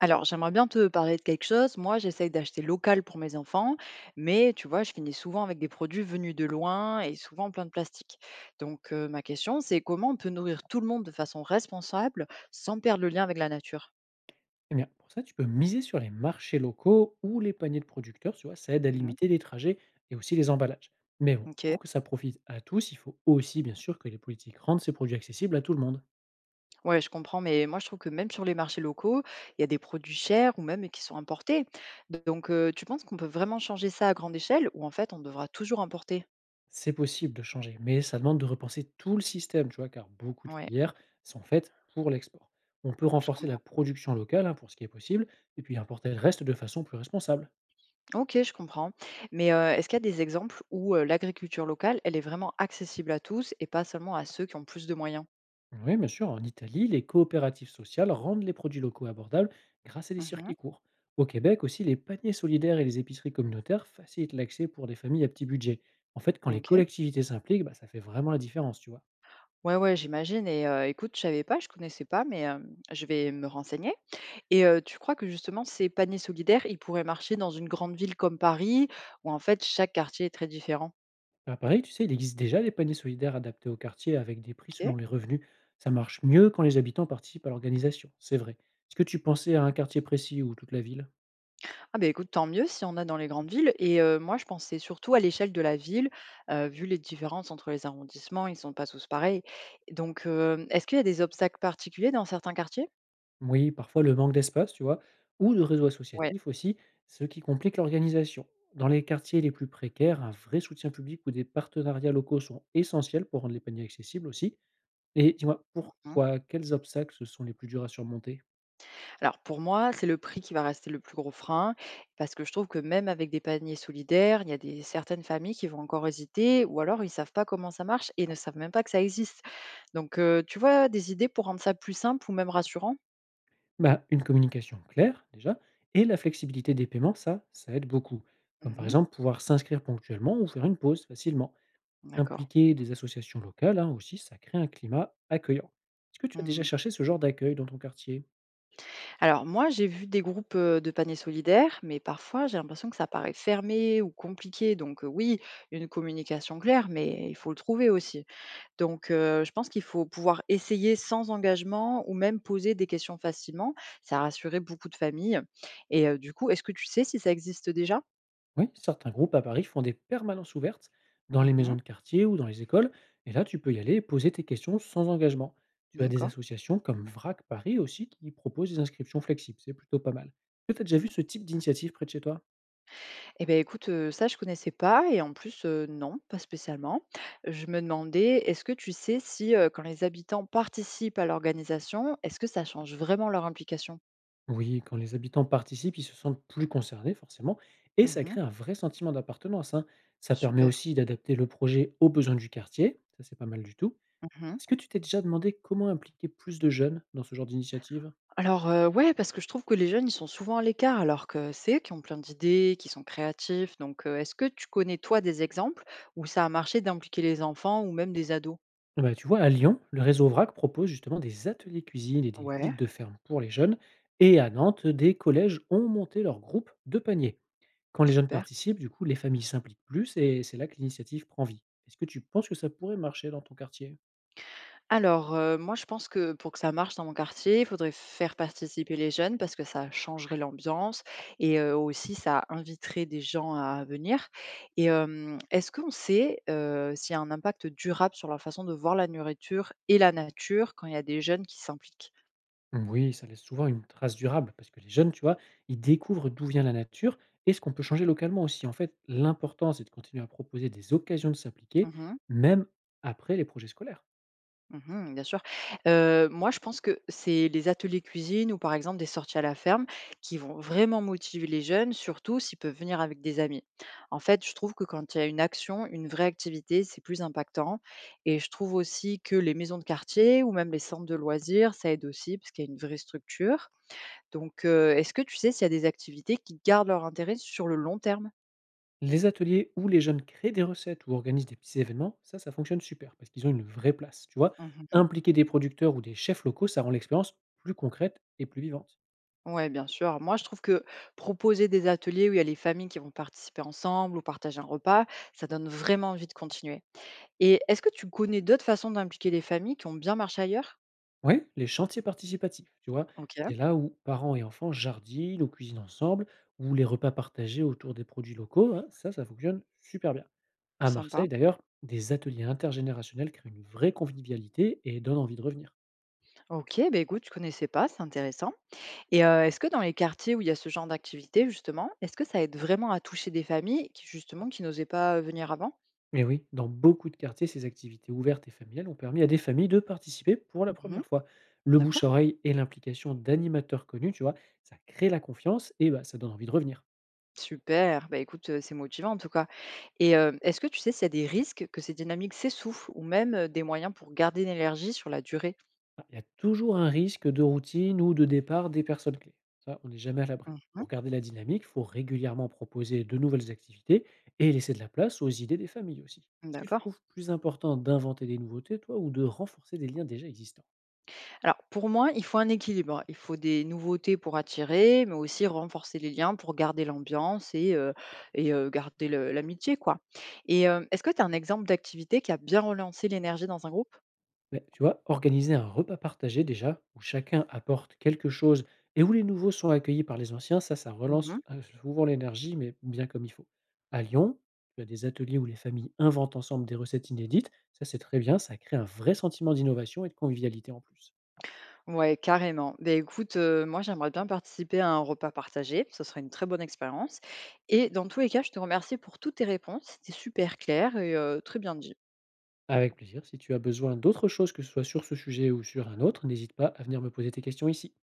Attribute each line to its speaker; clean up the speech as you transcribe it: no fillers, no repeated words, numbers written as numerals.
Speaker 1: Alors, j'aimerais bien te parler de quelque chose. Moi, j'essaye d'acheter local pour mes enfants, mais tu vois, je finis souvent avec des produits venus de loin et souvent plein de plastique. Donc, ma question, c'est comment on peut nourrir tout le monde de façon responsable sans perdre le lien avec la nature?
Speaker 2: Eh bien, pour ça, tu peux miser sur les marchés locaux ou les paniers de producteurs, tu vois, ça aide à
Speaker 1: Mhm.
Speaker 2: limiter les trajets et aussi les emballages. Mais bon,
Speaker 1: Ok,
Speaker 2: pour que ça profite à tous, il faut aussi, bien sûr, que les politiques rendent ces produits accessibles à tout le monde.
Speaker 1: ouais, je comprends, mais moi, je trouve que même sur les marchés locaux, il y a des produits chers ou même qui sont importés. Donc, tu penses qu'on peut vraiment changer ça à grande échelle ou en fait, on devra toujours importer?
Speaker 2: C'est possible de changer, mais ça demande de repenser tout le système, tu vois, car beaucoup de
Speaker 1: Ouais,
Speaker 2: filières sont faites pour l'export. On peut
Speaker 1: je
Speaker 2: renforcer
Speaker 1: comprends.
Speaker 2: la production locale hein, pour ce qui est possible, et puis importer le reste de façon plus responsable.
Speaker 1: OK, je comprends. Mais, est-ce qu'il y a des exemples où, l'agriculture locale, elle est vraiment accessible à tous et pas seulement à ceux qui ont plus de moyens?
Speaker 2: Oui, bien sûr. En Italie, les coopératives sociales rendent les produits locaux abordables grâce à des
Speaker 1: Mmh.
Speaker 2: circuits courts. Au Québec aussi, les paniers solidaires et les épiceries communautaires facilitent l'accès pour des familles à petit budget. En fait, quand les
Speaker 1: OK.
Speaker 2: collectivités s'impliquent, bah, ça fait vraiment la différence, tu vois.
Speaker 1: Ouais, ouais, j'imagine et écoute, je savais pas, je connaissais pas, mais, je vais me renseigner et tu crois que justement ces paniers solidaires, ils pourraient marcher dans une grande ville comme Paris, où en fait chaque quartier est très différent?
Speaker 2: À Paris, tu sais, il existe déjà des paniers solidaires adaptés au quartier avec des prix
Speaker 1: OK.
Speaker 2: selon les revenus. Ça marche mieux quand les habitants participent à l'organisation, c'est vrai. Est-ce que tu pensais à un quartier précis ou toute la ville?
Speaker 1: Ah beh, écoute, tant mieux si on a dans les grandes villes et moi je pensais surtout à l'échelle de la ville, vu les différences entre les arrondissements, ils ne sont pas tous pareils. Donc est-ce qu'il y a des obstacles particuliers dans certains quartiers?
Speaker 2: Oui, parfois le manque d'espace, tu vois, ou de réseau
Speaker 1: Ouais.
Speaker 2: associatif aussi, ce qui complique l'organisation. Dans les quartiers les plus précaires, un vrai soutien public ou des partenariats locaux sont essentiels pour rendre les paniers accessibles aussi. Et dis-moi, pour
Speaker 1: Mmh.
Speaker 2: toi, quels obstacles sont les plus durs à surmonter?
Speaker 1: Alors pour moi, c'est le prix qui va rester le plus gros frein parce que je trouve que même avec des paniers solidaires, il y a des certaines familles qui vont encore hésiter ou alors ils ne savent pas comment ça marche et ne savent même pas que ça existe. Donc tu vois, des idées pour rendre ça plus simple ou même rassurant?
Speaker 2: Bah, Une communication claire, déjà, et la flexibilité des paiements, ça aide beaucoup. Comme par
Speaker 1: Mmh.
Speaker 2: exemple pouvoir s'inscrire ponctuellement ou faire une pause facilement.
Speaker 1: D'accord.
Speaker 2: Impliquer des associations locales hein, aussi, ça crée un climat accueillant. Est-ce que tu as déjà
Speaker 1: Mmh.
Speaker 2: cherché ce genre d'accueil dans ton quartier?
Speaker 1: Alors moi, j'ai vu des groupes, de paniers solidaires, mais parfois j'ai l'impression que ça paraît fermé ou compliqué. Donc oui, une communication claire, mais il faut le trouver aussi. Donc je pense qu'il faut pouvoir essayer sans engagement ou même poser des questions facilement. Ça a rassuré beaucoup de familles et du coup, est-ce que tu sais si ça existe déjà?
Speaker 2: Oui, certains groupes à Paris font des permanences ouvertes dans les
Speaker 1: Mmh.
Speaker 2: maisons de quartier ou dans les écoles. Et là, tu peux y aller et poser tes questions sans engagement. Tu as des
Speaker 1: D'accord.
Speaker 2: associations comme VRAC Paris aussi qui proposent des inscriptions flexibles. C'est plutôt pas mal. Est-ce que tu as déjà vu ce type d'initiative près de chez toi?
Speaker 1: Eh beh, écoute, ça je connaissais pas et en plus, non, pas spécialement. Je me demandais, est-ce que tu sais si, quand les habitants participent à l'organisation, est-ce que ça change vraiment leur implication?
Speaker 2: Oui, quand les habitants participent, ils se sentent plus concernés forcément. Et ça
Speaker 1: Mmh.
Speaker 2: crée un vrai sentiment d'appartenance. Hein. Ça permet
Speaker 1: Super.
Speaker 2: aussi d'adapter le projet aux besoins du quartier. Ça, c'est pas mal du tout.
Speaker 1: Mmh.
Speaker 2: Est-ce que tu t'es déjà demandé comment impliquer plus de jeunes dans ce genre d'initiative?
Speaker 1: Alors, ouais, parce que je trouve que les jeunes, ils sont souvent à l'écart alors que c'est eux qui ont plein d'idées, qui sont créatifs donc, est-ce que tu connais toi des exemples où ça a marché d'impliquer les enfants ou même des ados?
Speaker 2: Bah, tu vois, à Lyon, le réseau VRAC propose justement des ateliers cuisine et des
Speaker 1: Ouais,
Speaker 2: visites de ferme pour les jeunes. Et à Nantes, des collèges ont monté leur groupe de panier. Quand les jeunes
Speaker 1: super.
Speaker 2: participent, du coup, les familles s'impliquent plus et c'est là que l'initiative prend vie. Est-ce que tu penses que ça pourrait marcher dans ton quartier?
Speaker 1: Alors, moi je pense que pour que ça marche dans mon quartier, il faudrait faire participer les jeunes parce que ça changerait l'ambiance et aussi ça inviterait des gens à venir et est-ce qu'on sait, s'il y a un impact durable sur leur façon de voir la nourriture et la nature quand il y a des jeunes qui s'impliquent?
Speaker 2: Oui, ça laisse souvent une trace durable parce que les jeunes, tu vois, ils découvrent d'où vient la nature et ce qu'on peut changer localement aussi. En fait, l'important, c'est de continuer à proposer des occasions de s'impliquer,
Speaker 1: Mmh.
Speaker 2: même après les projets scolaires.
Speaker 1: Mmh, bien sûr. Moi, je pense que c'est les ateliers cuisine ou par exemple des sorties à la ferme qui vont vraiment motiver les jeunes, surtout s'ils peuvent venir avec des amis. En fait, je trouve que quand il y a une action, une vraie activité, c'est plus impactant et je trouve aussi que les maisons de quartier ou même les centres de loisirs, ça aide aussi parce qu'il y a une vraie structure. Donc est-ce que tu sais s'il y a des activités qui gardent leur intérêt sur le long terme?
Speaker 2: Les ateliers où les jeunes créent des recettes ou organisent des petits événements, ça fonctionne super parce qu'ils ont une vraie place, tu vois?
Speaker 1: Mmh.
Speaker 2: Impliquer des producteurs ou des chefs locaux, ça rend l'expérience plus concrète et plus vivante.
Speaker 1: Ouais, bien sûr. Moi, je trouve que proposer des ateliers où il y a les familles qui vont participer ensemble ou partager un repas, ça donne vraiment envie de continuer. Et est-ce que tu connais d'autres façons d'impliquer les familles qui ont bien marché ailleurs?
Speaker 2: Oui, les chantiers participatifs, tu vois?
Speaker 1: Ok,
Speaker 2: C'est là où parents et enfants jardinent ou cuisinent ensemble, ou les repas partagés autour des produits locaux, hein, ça fonctionne super bien. À
Speaker 1: sympa.
Speaker 2: Marseille, d'ailleurs, des ateliers intergénérationnels créent une vraie convivialité et donnent envie de revenir.
Speaker 1: Ok, bah écoute, je connaissais pas, c'est intéressant. Et est-ce que dans les quartiers où il y a ce genre d'activité, justement, est-ce que ça aide vraiment à toucher des familles qui, justement, qui n'osaient pas venir avant?
Speaker 2: Mais oui, dans beaucoup de quartiers, ces activités ouvertes et familiales ont permis à des familles de participer pour la
Speaker 1: Mhm,
Speaker 2: première fois. Le
Speaker 1: d'accord.
Speaker 2: bouche-oreille et l'implication d'animateurs connus, tu vois, ça crée la confiance et bah, ça donne envie de revenir.
Speaker 1: Super, bah, écoute, c'est motivant en tout cas et est-ce que tu sais s'il y a des risques que ces dynamiques s'essoufflent ou même, des moyens pour garder l'énergie sur la durée?
Speaker 2: Ah, Il y a toujours un risque de routine ou de départ des personnes clés. Ça, on n'est jamais à l'abri.
Speaker 1: Mmh,
Speaker 2: Pour garder la dynamique, il faut régulièrement proposer de nouvelles activités et laisser de la place aux idées des familles aussi. Est-ce que tu
Speaker 1: d'accord.
Speaker 2: trouves plus important d'inventer des nouveautés, toi, ou de renforcer des liens déjà existants?
Speaker 1: Alors pour moi, il faut un équilibre. Il faut des nouveautés pour attirer, mais aussi renforcer les liens pour garder l'ambiance et garder le l'amitié quoi et est-ce que tu as un exemple d'activité qui a bien relancé l'énergie dans un groupe?
Speaker 2: Ouais, tu vois, organiser un repas partagé déjà, où chacun apporte quelque chose et où les nouveaux sont accueillis par les anciens, ça relance souvent l'énergie, mais bien comme il faut. À Lyon, tu as des ateliers où les familles inventent ensemble des recettes inédites. Ça, c'est très bien, ça crée un vrai sentiment d'innovation et de convivialité en plus.
Speaker 1: Ouais, carrément. Ben écoute, moi, j'aimerais bien participer à un repas partagé, ce serait une très bonne expérience et dans tous les cas, je te remercie pour toutes tes réponses, c'était super clair et très bien dit.
Speaker 2: Avec plaisir, si tu as besoin d'autre chose, que ce soit sur ce sujet ou sur un autre, n'hésite pas à venir me poser tes questions ici.